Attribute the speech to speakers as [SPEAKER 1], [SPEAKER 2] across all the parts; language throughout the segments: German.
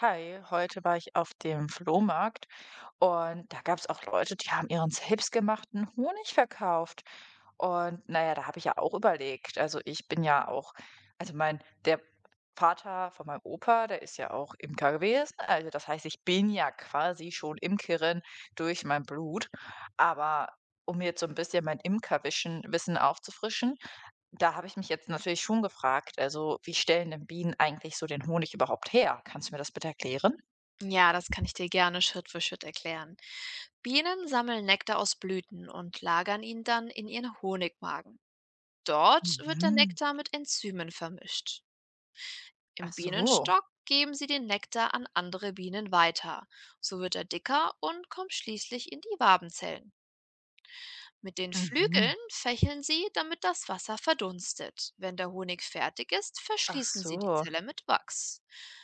[SPEAKER 1] Hi, heute war ich auf dem Flohmarkt und da gab es auch Leute, die haben ihren selbstgemachten Honig verkauft. Und naja, da habe ich ja auch überlegt. Also ich bin ja auch, der Vater von meinem Opa, der ist ja auch Imker gewesen. Also das heißt, ich bin ja quasi schon Imkerin durch mein Blut. Aber um jetzt so ein bisschen mein Imkerwissen Wissen aufzufrischen, da habe ich mich jetzt natürlich schon gefragt, also wie stellen denn Bienen eigentlich so den Honig überhaupt her? Kannst du mir das bitte erklären?
[SPEAKER 2] Ja, das kann ich dir gerne Schritt für Schritt erklären. Bienen sammeln Nektar aus Blüten und lagern ihn dann in ihren Honigmagen. Dort wird der
[SPEAKER 1] Mhm.
[SPEAKER 2] Nektar mit Enzymen vermischt. Im
[SPEAKER 1] Ach so.
[SPEAKER 2] Bienenstock geben sie den Nektar an andere Bienen weiter. So wird er dicker und kommt schließlich in die Wabenzellen. Mit den Flügeln
[SPEAKER 1] Mhm.
[SPEAKER 2] fächeln sie, damit das Wasser verdunstet. Wenn der Honig fertig ist,
[SPEAKER 1] Ach
[SPEAKER 2] verschließen sie die
[SPEAKER 1] so.
[SPEAKER 2] Zelle mit Wachs.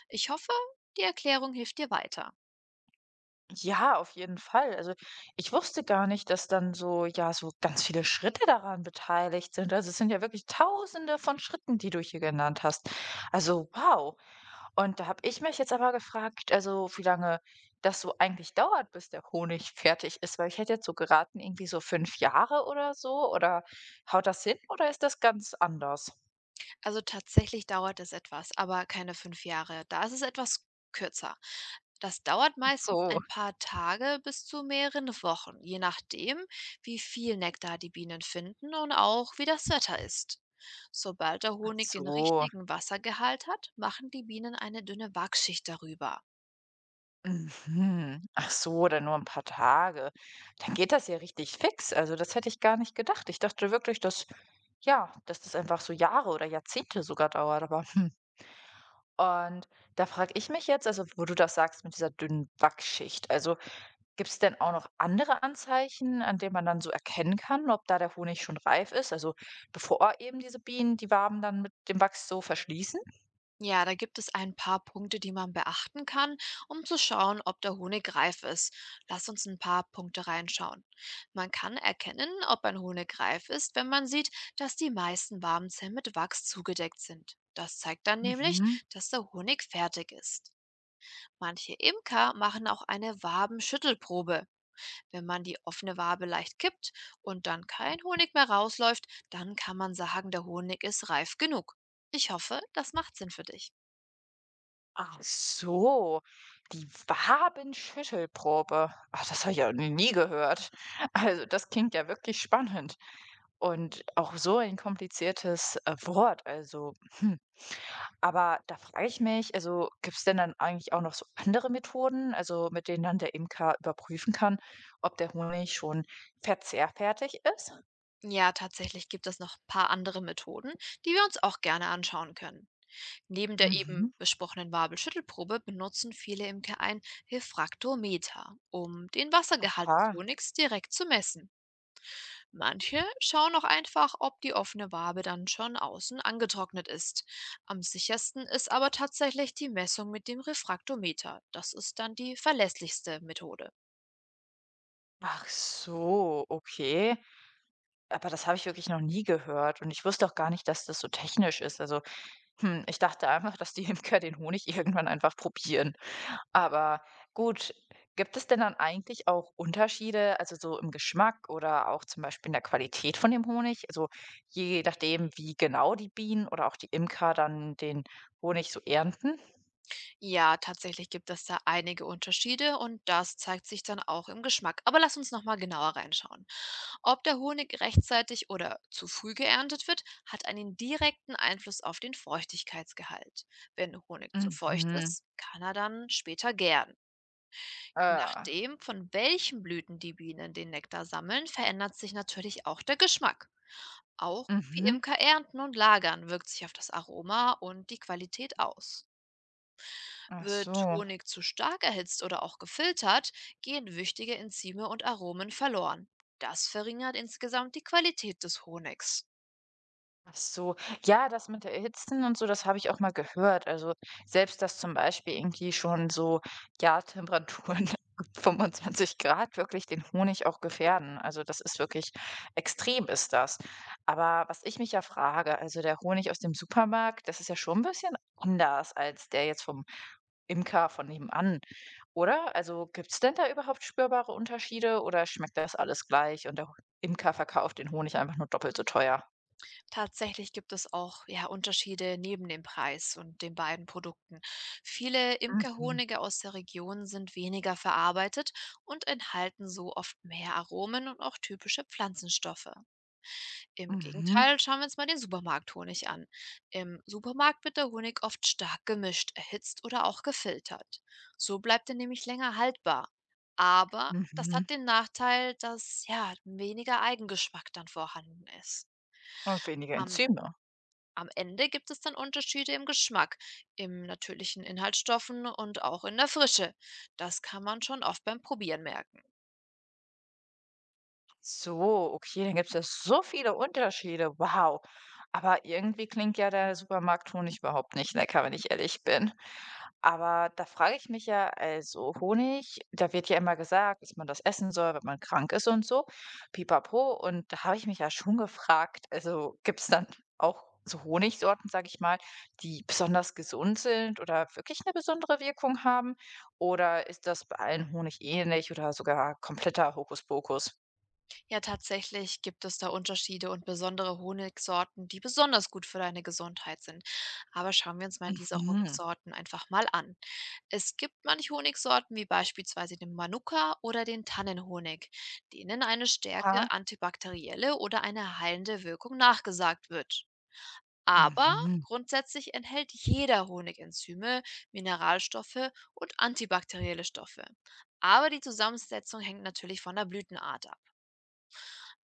[SPEAKER 2] Ich hoffe, die Erklärung hilft dir weiter.
[SPEAKER 1] Ja, auf jeden Fall. Also ich wusste gar nicht, dass dann so, ja, so ganz viele Schritte daran beteiligt sind. Also es sind ja wirklich tausende von Schritten, die du hier genannt hast. Also wow. Und da habe ich mich jetzt aber gefragt, also wie lange das so eigentlich dauert, bis der Honig fertig ist, weil ich hätte jetzt so geraten, irgendwie so 5 Jahre oder so oder haut das hin oder ist das ganz anders?
[SPEAKER 2] Also tatsächlich dauert es etwas, aber keine 5 Jahre. Da ist es etwas kürzer. Das dauert
[SPEAKER 1] Ach
[SPEAKER 2] meistens
[SPEAKER 1] so.
[SPEAKER 2] ein paar Tage bis zu mehreren Wochen, je nachdem, wie viel Nektar die Bienen finden und auch wie das Wetter ist. Sobald der
[SPEAKER 1] Ach
[SPEAKER 2] Honig den
[SPEAKER 1] so,
[SPEAKER 2] richtigen Wassergehalt hat, machen die Bienen eine dünne Wachschicht darüber.
[SPEAKER 1] mhm. Ach so, dann nur ein paar Tage. Dann geht das ja richtig fix. Also, das hätte ich gar nicht gedacht. Ich dachte wirklich, dass ja, dass das einfach so Jahre oder Jahrzehnte sogar dauert, aber, hm. Und da frage ich mich jetzt, also, wo du das sagst mit dieser dünnen Backschicht, also gibt es denn auch noch andere Anzeichen, an denen man dann so erkennen kann, ob da der Honig schon reif ist? Also bevor eben diese Bienen die Waben dann mit dem Wachs so verschließen?
[SPEAKER 2] Ja, da gibt es ein paar Punkte, die man beachten kann, um zu schauen, ob der Honig reif ist. Lass uns ein paar Punkte reinschauen. Man kann erkennen, ob ein Honig reif ist, wenn man sieht, dass die meisten Wabenzellen mit Wachs zugedeckt sind. Das zeigt dann nämlich,
[SPEAKER 1] Mhm.
[SPEAKER 2] dass der Honig fertig ist. Manche Imker machen auch eine Wabenschüttelprobe. Wenn man die offene Wabe leicht kippt und dann kein Honig mehr rausläuft, dann kann man sagen, der Honig ist reif genug. Ich hoffe, das macht Sinn für dich.
[SPEAKER 1] Ach so, die Wabenschüttelprobe. Ach, das habe ich ja nie gehört. Also das klingt ja wirklich spannend. Und auch so ein kompliziertes Wort. Also, hm, aber da frage ich mich, also gibt es denn dann eigentlich auch noch so andere Methoden, also mit denen dann der Imker überprüfen kann, ob der Honig schon verzehrfertig ist?
[SPEAKER 2] Ja, tatsächlich gibt es noch ein paar andere Methoden, die wir uns auch gerne anschauen können. Neben der eben
[SPEAKER 1] Mhm.
[SPEAKER 2] besprochenen Wabelschüttelprobe benutzen viele Imker ein Refraktometer, um den Wassergehalt des
[SPEAKER 1] Aha.
[SPEAKER 2] Honigs direkt zu messen. Manche schauen auch einfach, ob die offene Wabe dann schon außen angetrocknet ist. Am sichersten ist aber tatsächlich die Messung mit dem Refraktometer. Das ist dann die verlässlichste Methode.
[SPEAKER 1] Ach so, okay. Aber das habe ich wirklich noch nie gehört und ich wusste auch gar nicht, dass das so technisch ist. Also, hm, ich dachte einfach, dass die Imker den Honig irgendwann einfach probieren. Aber gut, gibt es denn dann eigentlich auch Unterschiede, also so im Geschmack oder auch zum Beispiel in der Qualität von dem Honig? Also je nachdem, wie genau die Bienen oder auch die Imker dann den Honig so ernten?
[SPEAKER 2] Ja, tatsächlich gibt es da einige Unterschiede und das zeigt sich dann auch im Geschmack. Aber lass uns nochmal genauer reinschauen. Ob der Honig rechtzeitig oder zu früh geerntet wird, hat einen direkten Einfluss auf den Feuchtigkeitsgehalt. Wenn Honig zu feucht
[SPEAKER 1] Mhm.
[SPEAKER 2] ist, kann er dann später gären. Je
[SPEAKER 1] Äh,
[SPEAKER 2] nachdem, von welchen Blüten die Bienen den Nektar sammeln, verändert sich natürlich auch der Geschmack. Auch wie
[SPEAKER 1] mhm.
[SPEAKER 2] Imker ernten und lagern wirkt sich auf das Aroma und die Qualität aus.
[SPEAKER 1] Ach
[SPEAKER 2] Wird
[SPEAKER 1] so.
[SPEAKER 2] Honig zu stark erhitzt oder auch gefiltert, gehen wichtige Enzyme und Aromen verloren. Das verringert insgesamt die Qualität des Honigs.
[SPEAKER 1] Ach so. Ja, das mit der Erhitzen und so, das habe ich auch mal gehört. Also selbst, dass zum Beispiel irgendwie schon so, ja, Temperaturen 25 Grad wirklich den Honig auch gefährden. Also das ist wirklich extrem ist das. Aber was ich mich ja frage, also der Honig aus dem Supermarkt, das ist ja schon ein bisschen anders als der jetzt vom Imker von nebenan, oder? Also gibt's denn da überhaupt spürbare Unterschiede oder schmeckt das alles gleich und der Imker verkauft den Honig einfach nur doppelt so teuer?
[SPEAKER 2] Tatsächlich gibt es auch, ja, Unterschiede neben dem Preis und den beiden Produkten. Viele
[SPEAKER 1] Mhm.
[SPEAKER 2] Imkerhonige aus der Region sind weniger verarbeitet und enthalten so oft mehr Aromen und auch typische Pflanzenstoffe. Im
[SPEAKER 1] Mhm,
[SPEAKER 2] Gegenteil, schauen wir uns mal den Supermarkthonig an. Im Supermarkt wird der Honig oft stark gemischt, erhitzt oder auch gefiltert. So bleibt er nämlich länger haltbar. Aber das
[SPEAKER 1] mhm.
[SPEAKER 2] hat den Nachteil, dass ja weniger Eigengeschmack dann vorhanden ist.
[SPEAKER 1] Und weniger
[SPEAKER 2] Am,
[SPEAKER 1] Enzyme.
[SPEAKER 2] am Ende gibt es dann Unterschiede im Geschmack, im natürlichen Inhaltsstoffen und auch in der Frische. Das kann man schon oft beim Probieren merken.
[SPEAKER 1] So, okay, dann gibt's ja so viele Unterschiede. Wow. Aber irgendwie klingt ja der Supermarkthonig überhaupt nicht lecker, wenn ich ehrlich bin. Aber da frage ich mich ja, also Honig, da wird ja immer gesagt, dass man das essen soll, wenn man krank ist und so. Pipapo. Und da habe ich mich ja schon gefragt, also gibt es dann auch so Honigsorten, sage ich mal, die besonders gesund sind oder wirklich eine besondere Wirkung haben? Oder ist das bei allen Honig ähnlich oder sogar kompletter Hokuspokus?
[SPEAKER 2] Ja, tatsächlich gibt es da Unterschiede und besondere Honigsorten, die besonders gut für deine Gesundheit sind. Aber schauen wir uns mal diese
[SPEAKER 1] Mhm.
[SPEAKER 2] Honigsorten einfach mal an. Es gibt manche Honigsorten, wie beispielsweise den Manuka oder den Tannenhonig, denen eine
[SPEAKER 1] Ah.
[SPEAKER 2] stärke antibakterielle oder eine heilende Wirkung nachgesagt wird. Aber
[SPEAKER 1] Mhm.
[SPEAKER 2] grundsätzlich enthält jeder Honig Enzyme, Mineralstoffe und antibakterielle Stoffe. Aber die Zusammensetzung hängt natürlich von der Blütenart ab.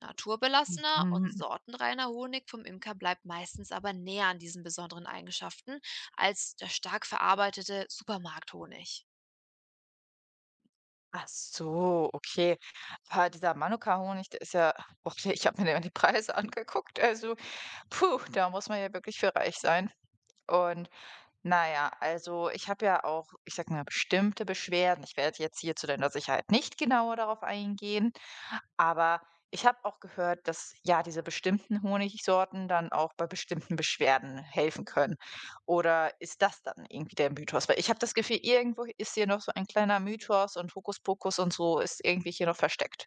[SPEAKER 2] Naturbelassener und
[SPEAKER 1] Mhm.
[SPEAKER 2] sortenreiner Honig vom Imker bleibt meistens aber näher an diesen besonderen Eigenschaften als der stark verarbeitete Supermarkthonig.
[SPEAKER 1] Ach so, okay. Aber dieser Manuka-Honig, der ist ja och, ich habe mir die Preise angeguckt, also puh, da muss man ja wirklich für reich sein. Und na ja, also ich habe ja auch, ich sag mal, bestimmte Beschwerden. Ich werde jetzt hier zu deiner Sicherheit nicht genauer darauf eingehen, aber ich habe auch gehört, dass ja diese bestimmten Honigsorten dann auch bei bestimmten Beschwerden helfen können. Oder ist das dann irgendwie der Mythos? Weil ich habe das Gefühl, irgendwo ist hier noch so ein kleiner Mythos und Hokuspokus und so ist irgendwie hier noch versteckt.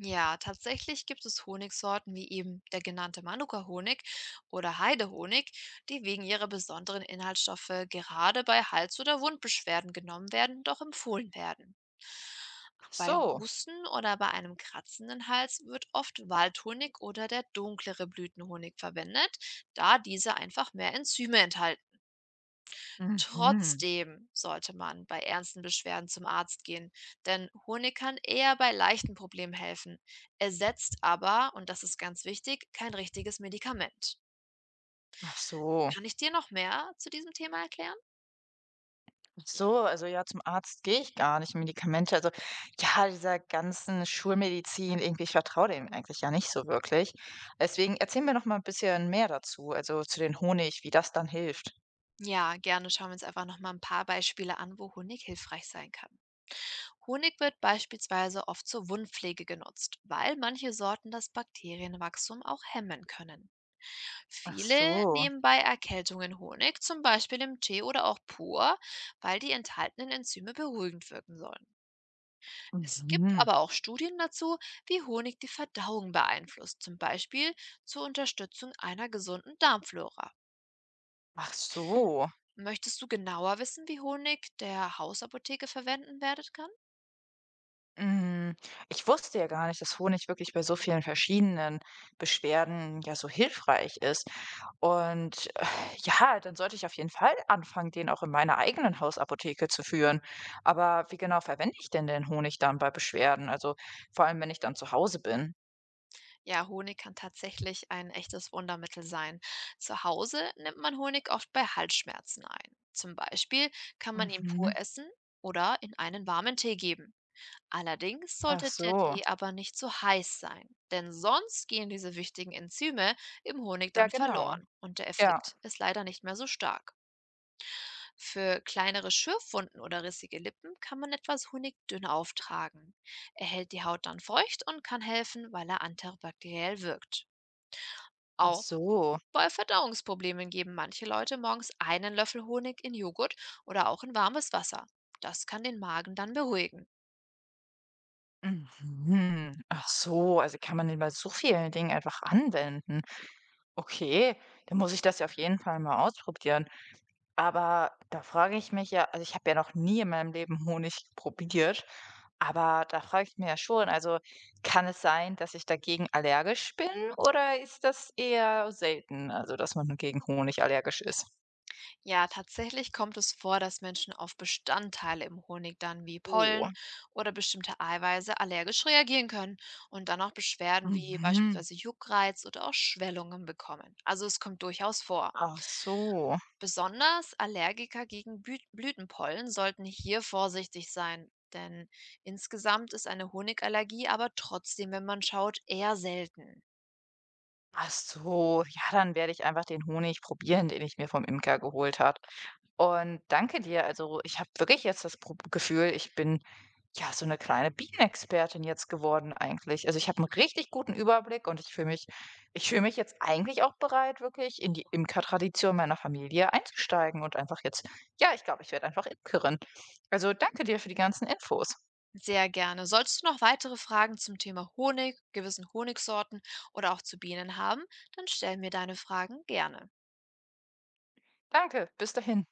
[SPEAKER 2] Ja, tatsächlich gibt es Honigsorten wie eben der genannte Manuka-Honig oder Heidehonig, die wegen ihrer besonderen Inhaltsstoffe gerade bei Hals- oder Wundbeschwerden genommen werden, doch empfohlen werden.
[SPEAKER 1] Ach
[SPEAKER 2] Bei
[SPEAKER 1] so.
[SPEAKER 2] Husten oder bei einem kratzenden Hals wird oft Waldhonig oder der dunklere Blütenhonig verwendet, da diese einfach mehr Enzyme enthalten.
[SPEAKER 1] Mhm.
[SPEAKER 2] Trotzdem sollte man bei ernsten Beschwerden zum Arzt gehen, denn Honig kann eher bei leichten Problemen helfen, ersetzt aber, und das ist ganz wichtig, kein richtiges Medikament.
[SPEAKER 1] Ach so.
[SPEAKER 2] Kann ich dir noch mehr zu diesem Thema erklären?
[SPEAKER 1] Ach so, also ja, zum Arzt gehe ich gar nicht. Medikamente, also ja, dieser ganzen Schulmedizin, irgendwie, ich vertraue dem eigentlich ja nicht so wirklich. Deswegen erzähl mir noch mal ein bisschen mehr dazu, also zu den Honig, wie das dann hilft.
[SPEAKER 2] Ja, gerne schauen wir uns einfach noch mal ein paar Beispiele an, wo Honig hilfreich sein kann. Honig wird beispielsweise oft zur Wundpflege genutzt, weil manche Sorten das Bakterienwachstum auch hemmen können.
[SPEAKER 1] Ach
[SPEAKER 2] Viele
[SPEAKER 1] so,
[SPEAKER 2] nehmen bei Erkältungen Honig, zum Beispiel im Tee oder auch pur, weil die enthaltenen Enzyme beruhigend wirken sollen. Es gibt
[SPEAKER 1] mhm.
[SPEAKER 2] aber auch Studien dazu, wie Honig die Verdauung beeinflusst, zum Beispiel zur Unterstützung einer gesunden Darmflora.
[SPEAKER 1] Ach so.
[SPEAKER 2] Möchtest du genauer wissen, wie Honig der Hausapotheke verwenden werden kann?
[SPEAKER 1] Hm, ich wusste ja gar nicht, dass Honig wirklich bei so vielen verschiedenen Beschwerden ja so hilfreich ist. Und, ja, dann sollte ich auf jeden Fall anfangen, den auch in meiner eigenen Hausapotheke zu führen. Aber wie genau verwende ich denn den Honig dann bei Beschwerden? Also, vor allem, wenn ich dann zu Hause bin.
[SPEAKER 2] Ja, Honig kann tatsächlich ein echtes Wundermittel sein. Zu Hause nimmt man Honig oft bei Halsschmerzen ein. Zum Beispiel kann man ihn pur
[SPEAKER 1] Mhm.
[SPEAKER 2] essen oder in einen warmen Tee geben. Allerdings
[SPEAKER 1] Ach
[SPEAKER 2] sollte der
[SPEAKER 1] so.
[SPEAKER 2] Tee aber nicht zu heiß sein, denn sonst gehen diese wichtigen Enzyme im Honig
[SPEAKER 1] Ja,
[SPEAKER 2] dann
[SPEAKER 1] genau.
[SPEAKER 2] verloren und der
[SPEAKER 1] Ja.
[SPEAKER 2] Effekt ist leider nicht mehr so stark. Für kleinere Schürfwunden oder rissige Lippen kann man etwas Honig dünn auftragen. Er hält die Haut dann feucht und kann helfen, weil er antibakteriell wirkt.
[SPEAKER 1] Ach
[SPEAKER 2] Auch
[SPEAKER 1] so.
[SPEAKER 2] bei Verdauungsproblemen geben manche Leute morgens einen Löffel Honig in Joghurt oder auch in warmes Wasser. Das kann den Magen dann beruhigen.
[SPEAKER 1] Mhm. Ach so, also kann man den bei so vielen Dingen einfach anwenden. Okay, dann muss ich das ja auf jeden Fall mal ausprobieren. Aber da frage ich mich ja, also ich habe ja noch nie in meinem Leben Honig probiert, aber da frage ich mich ja schon, also kann es sein, dass ich dagegen allergisch bin oder ist das eher selten, also dass man gegen Honig allergisch ist?
[SPEAKER 2] Ja, tatsächlich kommt es vor, dass Menschen auf Bestandteile im Honig dann wie Pollen
[SPEAKER 1] Oh,
[SPEAKER 2] oder bestimmte Eiweiße allergisch reagieren können und dann auch Beschwerden wie
[SPEAKER 1] mhm.
[SPEAKER 2] beispielsweise Juckreiz oder auch Schwellungen bekommen. Also es kommt durchaus vor.
[SPEAKER 1] Ach so.
[SPEAKER 2] Besonders Allergiker gegen Blütenpollen sollten hier vorsichtig sein, denn insgesamt ist eine Honigallergie aber trotzdem, wenn man schaut, eher selten.
[SPEAKER 1] Ach so, ja, dann werde ich einfach den Honig probieren, den ich mir vom Imker geholt habe. Und danke dir. Also, ich habe wirklich jetzt das Pro Gefühl, ich bin ja so eine kleine Bienenexpertin jetzt geworden eigentlich. Also, ich habe einen richtig guten Überblick und ich fühle mich jetzt eigentlich auch bereit, wirklich in die Imkertradition meiner Familie einzusteigen und einfach jetzt ja, ich glaube, ich werde einfach Imkerin. Also, danke dir für die ganzen Infos.
[SPEAKER 2] Sehr gerne. Solltest du noch weitere Fragen zum Thema Honig, gewissen Honigsorten oder auch zu Bienen haben, dann stell mir deine Fragen gerne.
[SPEAKER 1] Danke, bis dahin.